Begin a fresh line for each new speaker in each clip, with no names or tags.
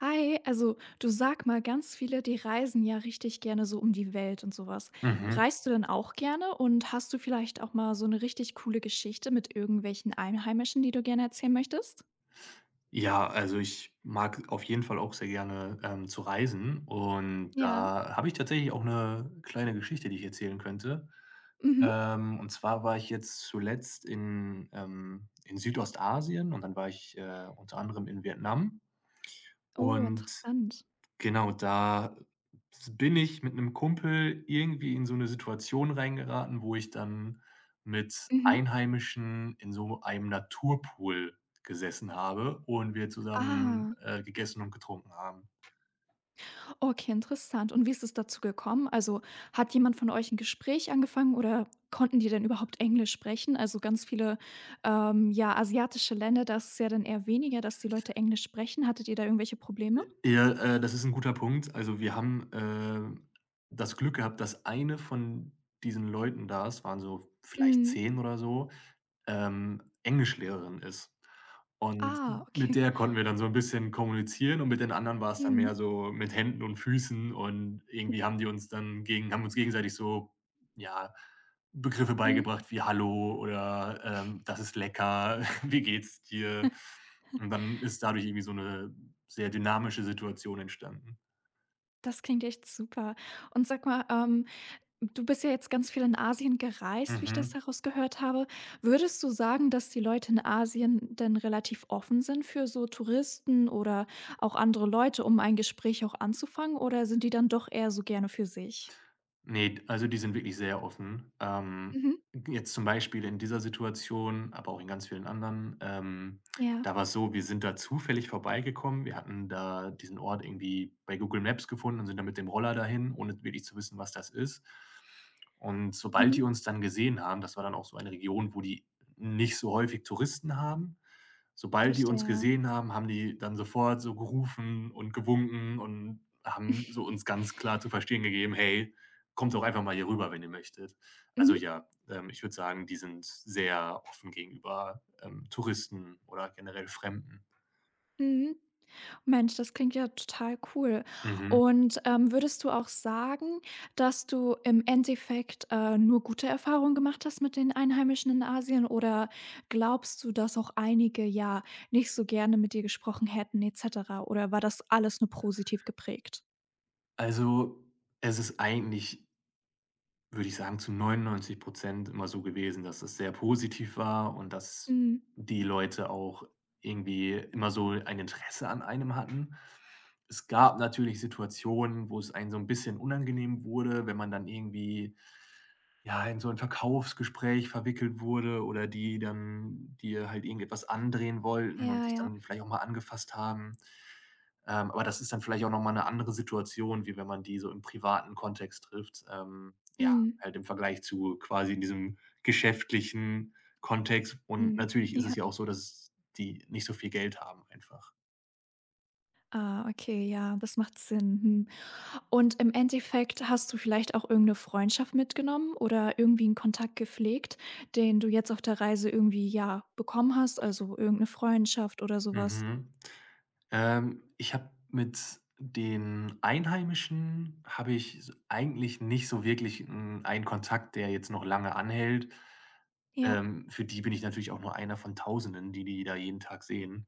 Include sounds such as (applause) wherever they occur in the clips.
Hi, also du sag mal, ganz viele, die reisen ja richtig gerne so um die Welt und sowas.
Mhm.
Reist du denn auch gerne und hast du vielleicht auch mal so eine richtig coole Geschichte mit irgendwelchen Einheimischen, die du gerne erzählen möchtest?
Ja, also ich mag auf jeden Fall auch sehr gerne, zu reisen und
Ja.
da habe ich tatsächlich auch eine kleine Geschichte, die ich erzählen könnte.
Mhm.
Und zwar war ich jetzt zuletzt in Südostasien und dann war ich, unter anderem in Vietnam
Oh,
und
interessant.
genau, da bin ich mit einem Kumpel irgendwie in so 'ne Situation reingeraten, wo ich dann mit
Mhm.
Einheimischen in so einem Naturpool gesessen habe und wir zusammen,
Ah,
gegessen und getrunken haben.
okay, interessant. Und wie ist es dazu gekommen? Also, hat jemand von euch ein Gespräch angefangen oder konnten die denn überhaupt Englisch sprechen? Also, ganz viele, ja, asiatische Länder, das ist ja dann eher weniger, dass die Leute Englisch sprechen. Hattet ihr da irgendwelche Probleme?
Ja, das ist ein guter Punkt. Also, wir haben, das Glück gehabt, dass eine von diesen Leuten da — es waren so vielleicht
Mhm.
10 oder so — Englischlehrerin ist. Und
Ah,
mit
okay.
der konnten wir dann so ein bisschen kommunizieren, und mit den anderen war es dann
Mhm.
mehr so mit Händen und Füßen, und irgendwie haben uns gegenseitig so, ja, Begriffe
Mhm.
beigebracht wie „Hallo" oder, „Das ist lecker", (laughs) „Wie geht's dir?" Und dann ist dadurch irgendwie so eine sehr dynamische Situation entstanden.
Das klingt echt super. Und sag mal, du bist ja jetzt ganz viel in Asien gereist, wie ich das
Mhm.
herausgehört habe. Würdest du sagen, dass die Leute in Asien denn relativ offen sind für so Touristen oder auch andere Leute, um ein Gespräch auch anzufangen, oder sind die dann doch eher so gerne für sich?
Ne, also die sind wirklich sehr offen. Ähm,
Mhm.
jetzt zum Beispiel in dieser Situation, aber auch in ganz vielen anderen,
Ja.
da war's so, wir sind da zufällig vorbeigekommen. Wir hatten da diesen Ort irgendwie bei Google Maps gefunden und sind dann mit dem Roller dahin, ohne wirklich zu wissen, was das ist. Und sobald
Mhm.
die uns dann gesehen haben — das war dann auch so eine Region, wo die nicht so häufig Touristen haben — sobald die uns
Verstehe.
gesehen haben, haben die dann sofort so gerufen und gewunken und haben so uns
(laughs)
ganz klar zu verstehen gegeben: „Hey, kommt doch einfach mal hier rüber, wenn ihr möchtet." Also,
Mhm.
ja, ich würde sagen, die sind sehr offen gegenüber, Touristen oder generell Fremden.
Mhm. Mensch, das klingt ja total cool.
Mhm.
Und, würdest du auch sagen, dass du im Endeffekt, nur gute Erfahrungen gemacht hast mit den Einheimischen in Asien oder glaubst du, dass auch einige, ja, nicht so gerne mit dir gesprochen hätten et cetera? Oder war das alles nur positiv geprägt?
Also, es ist eigentlich — würde ich sagen, zu 99 immer so gewesen, dass es sehr positiv war und dass
Mhm.
die Leute auch irgendwie immer so ein Interesse an einem hatten. Es gab natürlich Situationen, wo es einem so ein bisschen unangenehm wurde, wenn man dann irgendwie, ja, in so ein Verkaufsgespräch verwickelt wurde oder die dann dir halt irgendetwas andrehen wollten und
Ja,
dich
ja.
dann vielleicht auch mal angefasst haben. Aber das ist dann vielleicht auch noch mal 'ne andere Situation, wie wenn man die so im privaten Kontext trifft. Ja,
Mhm.
halt im Vergleich zu quasi in diesem geschäftlichen Kontext, und
Mhm.
natürlich
Mhm.
ist es
Ja.
ja auch so, dass die nicht so viel Geld haben einfach.
Ah, okay, ja, das macht Sinn. Mhm. Und im Endeffekt hast du vielleicht auch irgendeine Freundschaft mitgenommen oder irgendwie einen Kontakt gepflegt, den du jetzt auf der Reise irgendwie, ja, bekommen hast, also irgendeine Freundschaft oder sowas.
Mhm. Ich habe mit den Einheimischen habe ich s eigentlich nicht so wirklich 'n einen Kontakt, der jetzt noch lange anhält.
Ja,
Für die bin ich natürlich auch nur einer von Tausenden, die die da jeden Tag sehen.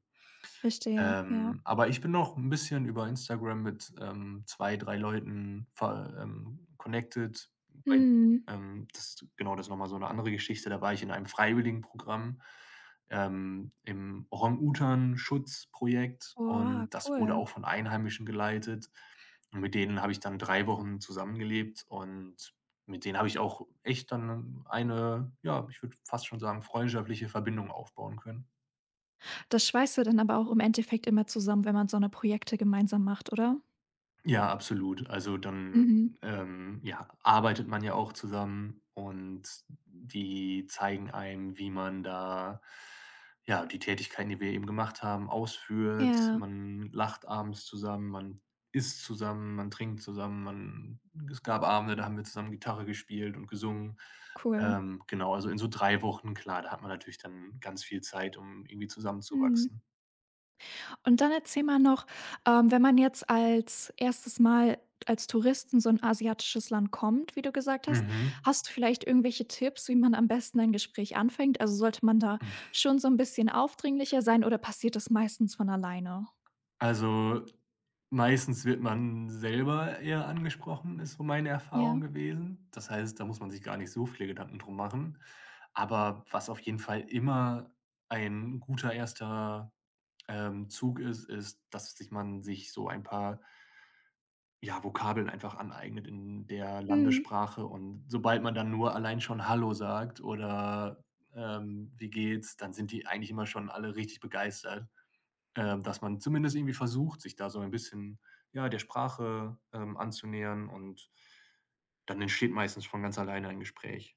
verstehe, ja.
Aber ich bin noch ein bisschen über Instagram mit, zwei, drei Leuten ver connected, weil,
Mhm.
das ist noch mal so eine andere Geschichte. Da war ich in einem Freiwilligenprogramm, im Orang-Utan-Schutzprojekt,
Boah,
und das wurde
cool.
auch von Einheimischen geleitet. Und mit denen habe ich dann 3 Wochen zusammengelebt, und mit denen habe ich auch echt dann eine, ja, ich würde fast schon sagen, freundschaftliche Verbindung aufbauen können.
Das schweißt ja dann aber auch im Endeffekt immer zusammen, wenn man so eine Projekte gemeinsam macht, oder?
Ja, absolut. Also, dann,
Mhm.
ja, arbeitet man ja auch zusammen, und die zeigen einem, wie man da, ja, die Tätigkeiten, die wir eben gemacht haben, ausführt.
Ja,
Man lacht abends zusammen, man isst zusammen, man trinkt zusammen, man — es gab Abende, da haben wir zusammen Gitarre gespielt und gesungen.
cool.
Genau, also in so 3 Wochen, klar, da hat man natürlich dann ganz viel Zeit, um irgendwie
Mhm.
zusammenzuwachsen.
Und dann erzähl mal noch, wenn man jetzt als erstes Mal als Tourist in so ein asiatisches Land kommt, wie du gesagt hast,
Mhm.
hast du vielleicht irgendwelche Tipps, wie man am besten ein Gespräch anfängt? Also, sollte man da schon so ein bisschen aufdringlicher sein oder passiert das meistens von alleine?
Also, meistens wird man selber eher angesprochen, ist so meine Erfahrung
Ja.
gewesen. Das heißt, da muss man sich gar nicht so viele Gedanken drum machen. Aber was auf jeden Fall immer ein guter erster Zug ist, ist, dass sich man sich so ein paar, ja, Vokabeln einfach aneignet in der
Mhm.
Landessprache, und sobald man dann nur allein schon „Hallo" sagt oder, „Wie geht's?", dann sind die eigentlich immer schon alle richtig begeistert. Dass man zumindest irgendwie versucht, sich da so ein bisschen, ja, der Sprache, anzunähern, und dann entsteht meistens von ganz alleine ein Gespräch.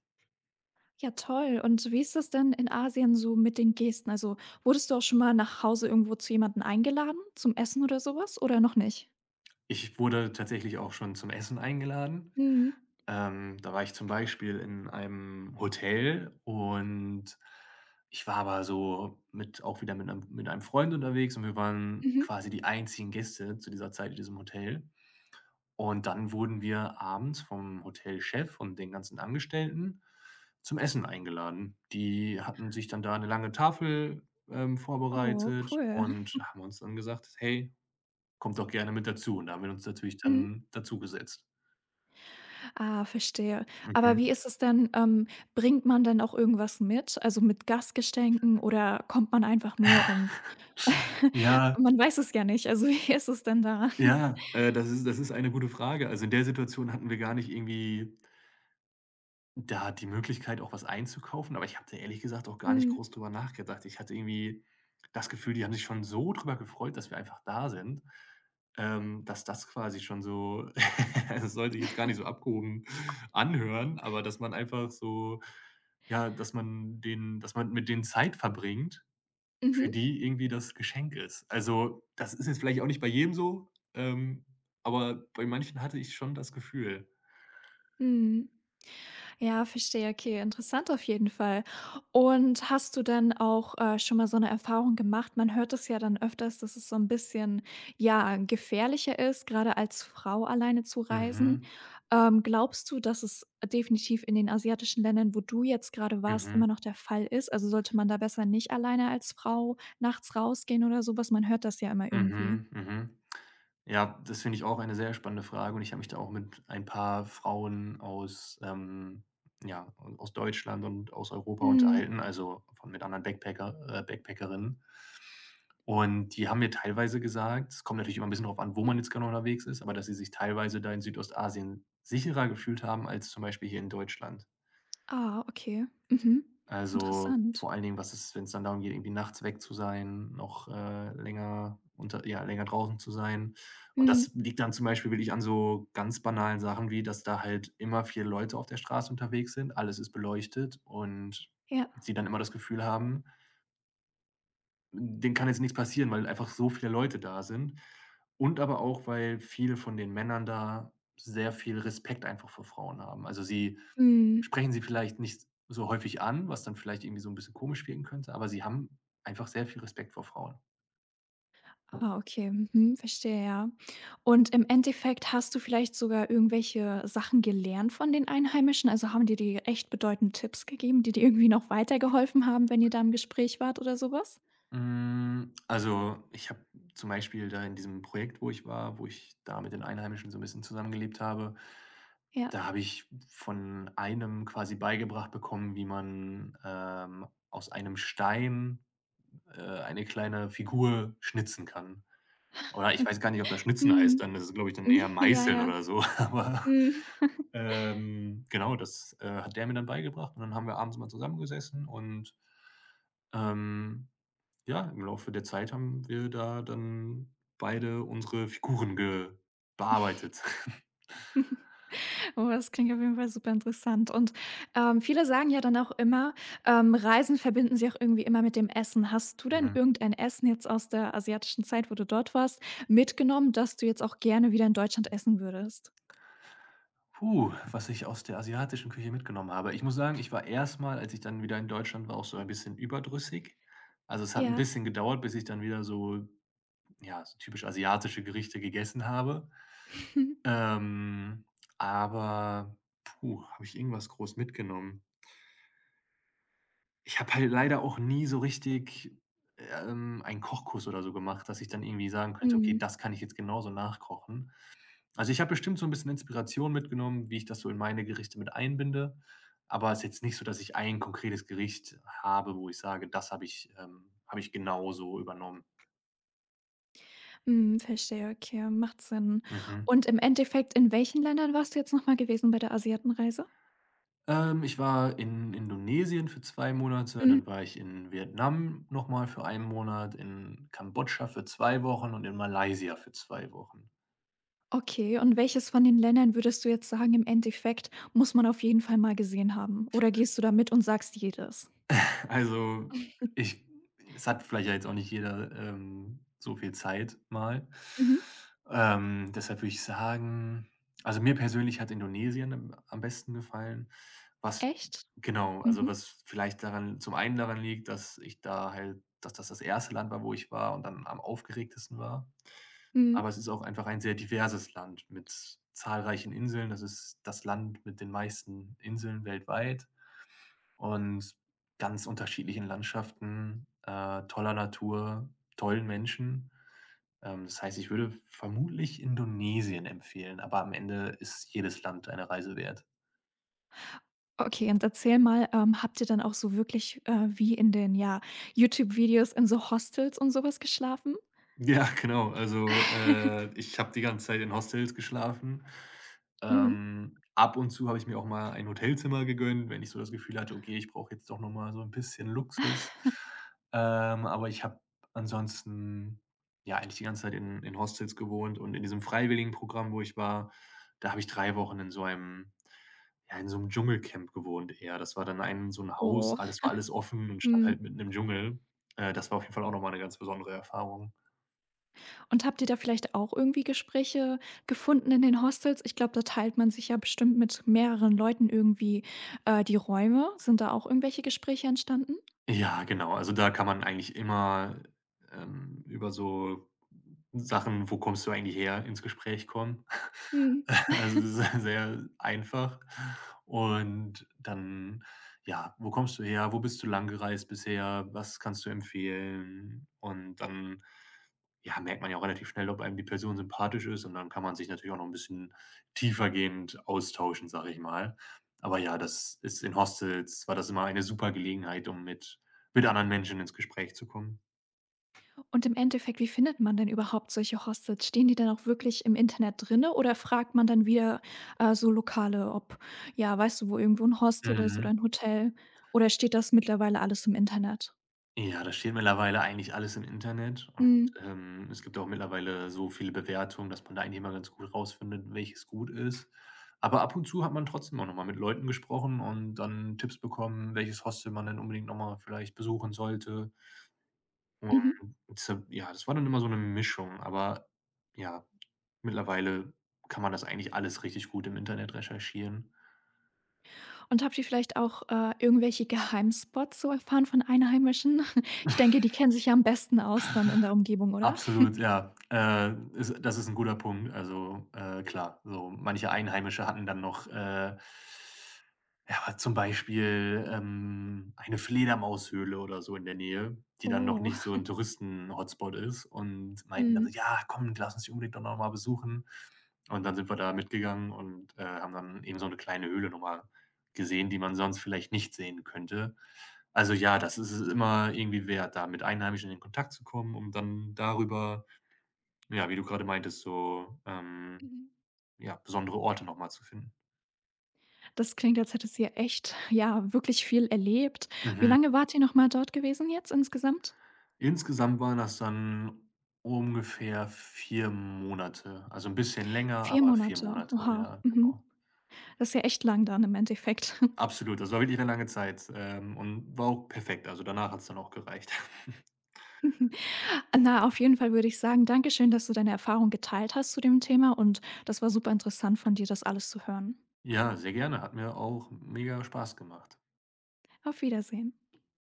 Ja, toll. Und wie ist das denn in Asien so mit den Gesten? Also, wurdest du auch schon mal nach Hause irgendwo zu jemanden eingeladen zum Essen oder sowas oder noch nicht?
Ich wurde tatsächlich auch schon zum Essen eingeladen.
Mhm.
Da war ich zum Beispiel in einem Hotel, und ich war aber so mit auch wieder mit einem Freund unterwegs, und wir waren
Mhm.
quasi die einzigen Gäste zu dieser Zeit in diesem Hotel. Und dann wurden wir abends vom Hotelchef und den ganzen Angestellten zum Essen eingeladen. Die hatten sich dann da 'ne lange Tafel,
Oh,
vorbereitet
cool.
und haben uns dann gesagt: „Hey, kommt doch gerne mit dazu." Und da haben wir uns natürlich
Mhm.
dann dazugesetzt.
Ah, verstehe. Aber
Mhm.
wie ist es denn, bringt man dann auch irgendwas mit? Also, mit Gastgeschenken oder kommt man einfach nur und (laughs)
Ja,
man weiß es ja nicht. Also, (laughs) wie ist es denn da? (laughs)
ja, das ist eine gute Frage. Also, in der Situation hatten wir gar nicht irgendwie da die Möglichkeit, auch was einzukaufen, aber ich habe da ehrlich gesagt auch gar nicht
Mhm.
groß drüber nachgedacht. Ich hatte irgendwie das Gefühl, die haben sich schon so drüber gefreut, dass wir einfach da sind, dass das quasi schon so — (laughs) das sollte ich jetzt gar nicht so abgehoben anhören, aber dass man einfach so, ja, dass man mit denen Zeit verbringt, für
Mhm.
die irgendwie das Geschenk ist. Also, das ist jetzt vielleicht auch nicht bei jedem so, aber bei manchen hatte ich schon das Gefühl.
Mhm. Ja, verstehe. Okay, interessant auf jeden Fall. Und hast du denn auch, schon mal so eine Erfahrung gemacht? Man hört es ja dann öfters, dass es so ein bisschen, ja, gefährlicher ist, gerade als Frau alleine zu reisen.
Mhm,
Glaubst du, dass es definitiv in den asiatischen Ländern, wo du jetzt gerade warst,
mhm.
immer noch der Fall ist? Also, sollte man da besser nicht alleine als Frau nachts rausgehen oder so was? Man hört das ja immer irgendwie.
Mhm, mhm. Ja, das finde ich auch eine sehr spannende Frage, und ich habe mich da auch mit ein paar Frauen aus, ja, au aus Deutschland und aus Europa
Mhm.
unterhalten, also von mit anderen Backpackerinnen. Und die haben mir teilweise gesagt, es kommt natürlich immer ein bisschen darauf an, wo man jetzt genau unterwegs ist, aber dass sie sich teilweise da in Südostasien sicherer gefühlt haben als zum Beispiel hier in Deutschland.
Ah, okay. Mhm.
Also,
Interessant.
vor allen Dingen, was ist, wenn es dann darum geht, irgendwie nachts weg zu sein, noch, länger draußen zu sein. Und
Mhm.
das liegt dann zum Beispiel wirklich an so ganz banalen Sachen wie, dass da halt immer viele Leute auf der Straße unterwegs sind, alles ist beleuchtet, und
Ja.
sie dann immer das Gefühl haben, denen kann jetzt nichts passieren, weil einfach so viele Leute da sind. Und aber auch, weil viele von den Männern da sehr viel Respekt einfach vor Frauen haben. Also, sie
Mhm.
Sprechen sie vielleicht nicht so häufig an, was dann vielleicht irgendwie so ein bisschen komisch wirken könnte, aber sie haben einfach sehr viel Respekt vor Frauen.
Ah, okay. Mhm, verstehe, ja. Und im Endeffekt hast du vielleicht sogar irgendwelche Sachen gelernt von den Einheimischen? Also, haben die dir echt bedeutende Tipps gegeben, die dir irgendwie noch weitergeholfen haben, wenn ihr da im Gespräch wart oder sowas?
Also, ich habe zum Beispiel da in diesem Projekt, wo ich war, wo ich da mit den Einheimischen so ein bisschen zusammengelebt habe,
Ja.
da habe ich von einem quasi beigebracht bekommen, wie man, aus einem Stein, eine kleine Figur schnitzen kann. Oder ich weiß gar nicht, ob das Schnitzen heißt
Mhm.
dann. Das ist, glaube ich, dann
Mhm.
eher
(laughs) Ja,
Meißeln
ja.
oder so, (laughs) aber,
Mhm.
genau, das, hat der mir dann beigebracht, und dann haben wir abends mal zusammengesessen, und, ähm, ja, im Laufe der Zeit haben wir da dann beide unsere Figuren ge bearbeitet. (laughs)
Oh, das klingt auf jeden Fall super interessant. Und, viele sagen ja dann auch immer, Reisen verbinden sie auch irgendwie immer mit dem Essen. Hast du denn
Mhm.
irgendein Essen jetzt aus der asiatischen Zeit, wo du dort warst, mitgenommen, das du jetzt auch gerne wieder in Deutschland essen würdest?
Puh, was ich aus der asiatischen Küche mitgenommen habe. Ich muss sagen, ich war erstmal, als ich dann wieder in Deutschland war, auch so ein bisschen überdrüssig. Also, es hat ein
Ja.
bisschen gedauert, bis ich dann wieder so, ja, so typisch asiatische Gerichte gegessen habe.
(laughs) Mhm.
Ähm, aber puh, habe ich irgendwas groß mitgenommen? Ich habe halt leider auch nie so richtig, einen Kochkurs oder so gemacht, dass ich dann irgendwie sagen könnte: „Okay,
Mhm,
das kann ich jetzt genauso nachkochen." Also, ich habe bestimmt so ein bisschen Inspiration mitgenommen, wie ich das so in meine Gerichte mit einbinde, aber es ist jetzt nicht so, dass ich ein konkretes Gericht habe, wo ich sage: „Das habe ich genauso übernommen."
Mhm, verstehe, okay, macht Sinn.
Mhm.
Und im Endeffekt, in welchen Ländern warst du jetzt nochmal gewesen bei der Asiatenreise?
Ich war in Indonesien für 2 Monate,
Mhm.
dann war ich in Vietnam nochmal für 1 Monat, in Kambodscha für 2 Wochen und in Malaysia für 2 Wochen.
Okay, und welches von den Ländern würdest du jetzt sagen, im Endeffekt muss man auf jeden Fall mal gesehen haben? Oder gehst du da mit und sagst jedes?
(laughs) Also, ich es hat vielleicht ja jetzt auch nicht jeder, so viel Zeit mal.
Mhm.
Deshalb würde ich sagen — also, mir persönlich hat Indonesien am besten gefallen, was
Echt?
genau, also,
Mhm.
was vielleicht daran, zum einen daran liegt, dass ich da halt dass das das erste Land war, wo ich war, und dann am aufgeregtesten war.
Mhm.
Aber es ist auch einfach ein sehr diverses Land mit zahlreichen Inseln. Das ist das Land mit den meisten Inseln weltweit und ganz unterschiedlichen Landschaften, toller Natur, tollen Menschen. Das heißt, ich würde vermutlich Indonesien empfehlen, aber am Ende ist jedes Land eine Reise wert.
Okay, und erzähl mal, habt ihr dann auch so wirklich, wie in den, ja, YouTube-Videos in so Hostels und sowas geschlafen?
Ja, (laughs) genau. Also, ich habe die ganze Zeit in Hostels geschlafen.
Mhm.
Ab und zu habe ich mir auch mal ein Hotelzimmer gegönnt, wenn ich so das Gefühl hatte: „Okay, ich brauche jetzt doch noch mal so ein bisschen Luxus." Aber ich habe ansonsten, ja, eigentlich die ganze Zeit in Hostels gewohnt, und in diesem Freiwilligenprogramm, wo ich war, da habe ich 3 Wochen in so einem Dschungelcamp gewohnt eher. Das war dann ein so ein Haus,
Oh.
alles war alles offen und stand halt
Mhm.
mitten im Dschungel. Das war auf jeden Fall auch noch mal 'ne ganz besondere Erfahrung.
Und habt ihr da vielleicht auch irgendwie Gespräche gefunden in den Hostels? Ich glaube, da teilt man sich ja bestimmt mit mehreren Leuten irgendwie, die Räume. Sind da auch irgendwelche Gespräche entstanden?
Ja, genau. Also, da kann man eigentlich immer, über so Sachen, wo kommst du eigentlich her, ins Gespräch kommen. (laughs)
Mhm.
Also, das ist sehr einfach. Und dann, ja: „Wo kommst du her? Wo bist du lang gereist bisher? Was kannst du empfehlen?" Und dann, ja, merkt man ja auch relativ schnell, ob einem die Person sympathisch ist, und dann kann man sich natürlich auch noch ein bisschen tiefergehend austauschen, sage ich mal. Aber ja, das ist in Hostels war das immer eine super Gelegenheit, um mit anderen Menschen ins Gespräch zu kommen.
Und im Endeffekt, wie findet man denn überhaupt solche Hostels? Stehen die dann auch wirklich im Internet drinne oder fragt man dann wieder, so Lokale, ob ja, weißt du, wo irgendwo ein Hostel ist
Mhm.
oder ein Hotel oder steht das mittlerweile alles im Internet?
Ja, das steht mittlerweile eigentlich alles im Internet, und,
Mhm.
es gibt auch mittlerweile so viele Bewertungen, dass man da eigentlich immer ganz gut rausfindet, welches gut ist. Aber ab und zu hat man trotzdem auch noch mal mit Leuten gesprochen und dann Tipps bekommen, welches Hostel man denn unbedingt noch mal vielleicht besuchen sollte.
Mhm.
Deshalb ja, das war dann immer so eine Mischung, aber ja, mittlerweile kann man das eigentlich alles richtig gut im Internet recherchieren.
Und habt ihr vielleicht auch, irgendwelche Geheimspots so erfahren von Einheimischen? (laughs) Ich denke, die kennen sich ja am besten aus dann in der Umgebung, oder?
Absolut, ja. Ist das ist ein guter Punkt. Also, klar, so manche Einheimische hatten dann noch, ja, zum Beispiel, eine Fledermaushöhle oder so in der Nähe, die dann noch
Oh,
nicht so ein Touristen-Hotspot ist, und meinten dann so:
mhm.
„Ja, komm, lass uns die unbedingt doch noch mal besuchen." Und dann sind wir da mitgegangen und, haben dann eben so 'ne kleine Höhle noch mal gesehen, die man sonst vielleicht nicht sehen könnte. Also, ja, das ist es immer irgendwie wert, da mit Einheimischen in Kontakt zu kommen, um dann darüber, ja, wie du grade meintest, so,
Mhm.
ja, besondere Orte noch mal zu finden.
Das klingt, als hättet ihr echt, ja, wirklich viel erlebt. Wie
Mhm.
lange wart ihr nochmal dort gewesen jetzt insgesamt?
Insgesamt waren das dann ungefähr 4 Monate, also 'n bisschen länger,
Vier
aber 4
Monate.
Monate,
Oha,
ja,
mhm.
genau.
Das ist ja echt lang dann im Endeffekt.
Absolut, das war wirklich 'ne lange Zeit, und war auch perfekt. Also, danach hat's dann auch gereicht. (laughs)
(laughs) Na, auf jeden Fall würde ich sagen, danke schön, dass du deine Erfahrung geteilt hast zu dem Thema und das war super interessant von dir, das alles zu hören.
Ja, sehr gerne. Hat mir auch mega Spaß gemacht.
Auf Wiedersehen.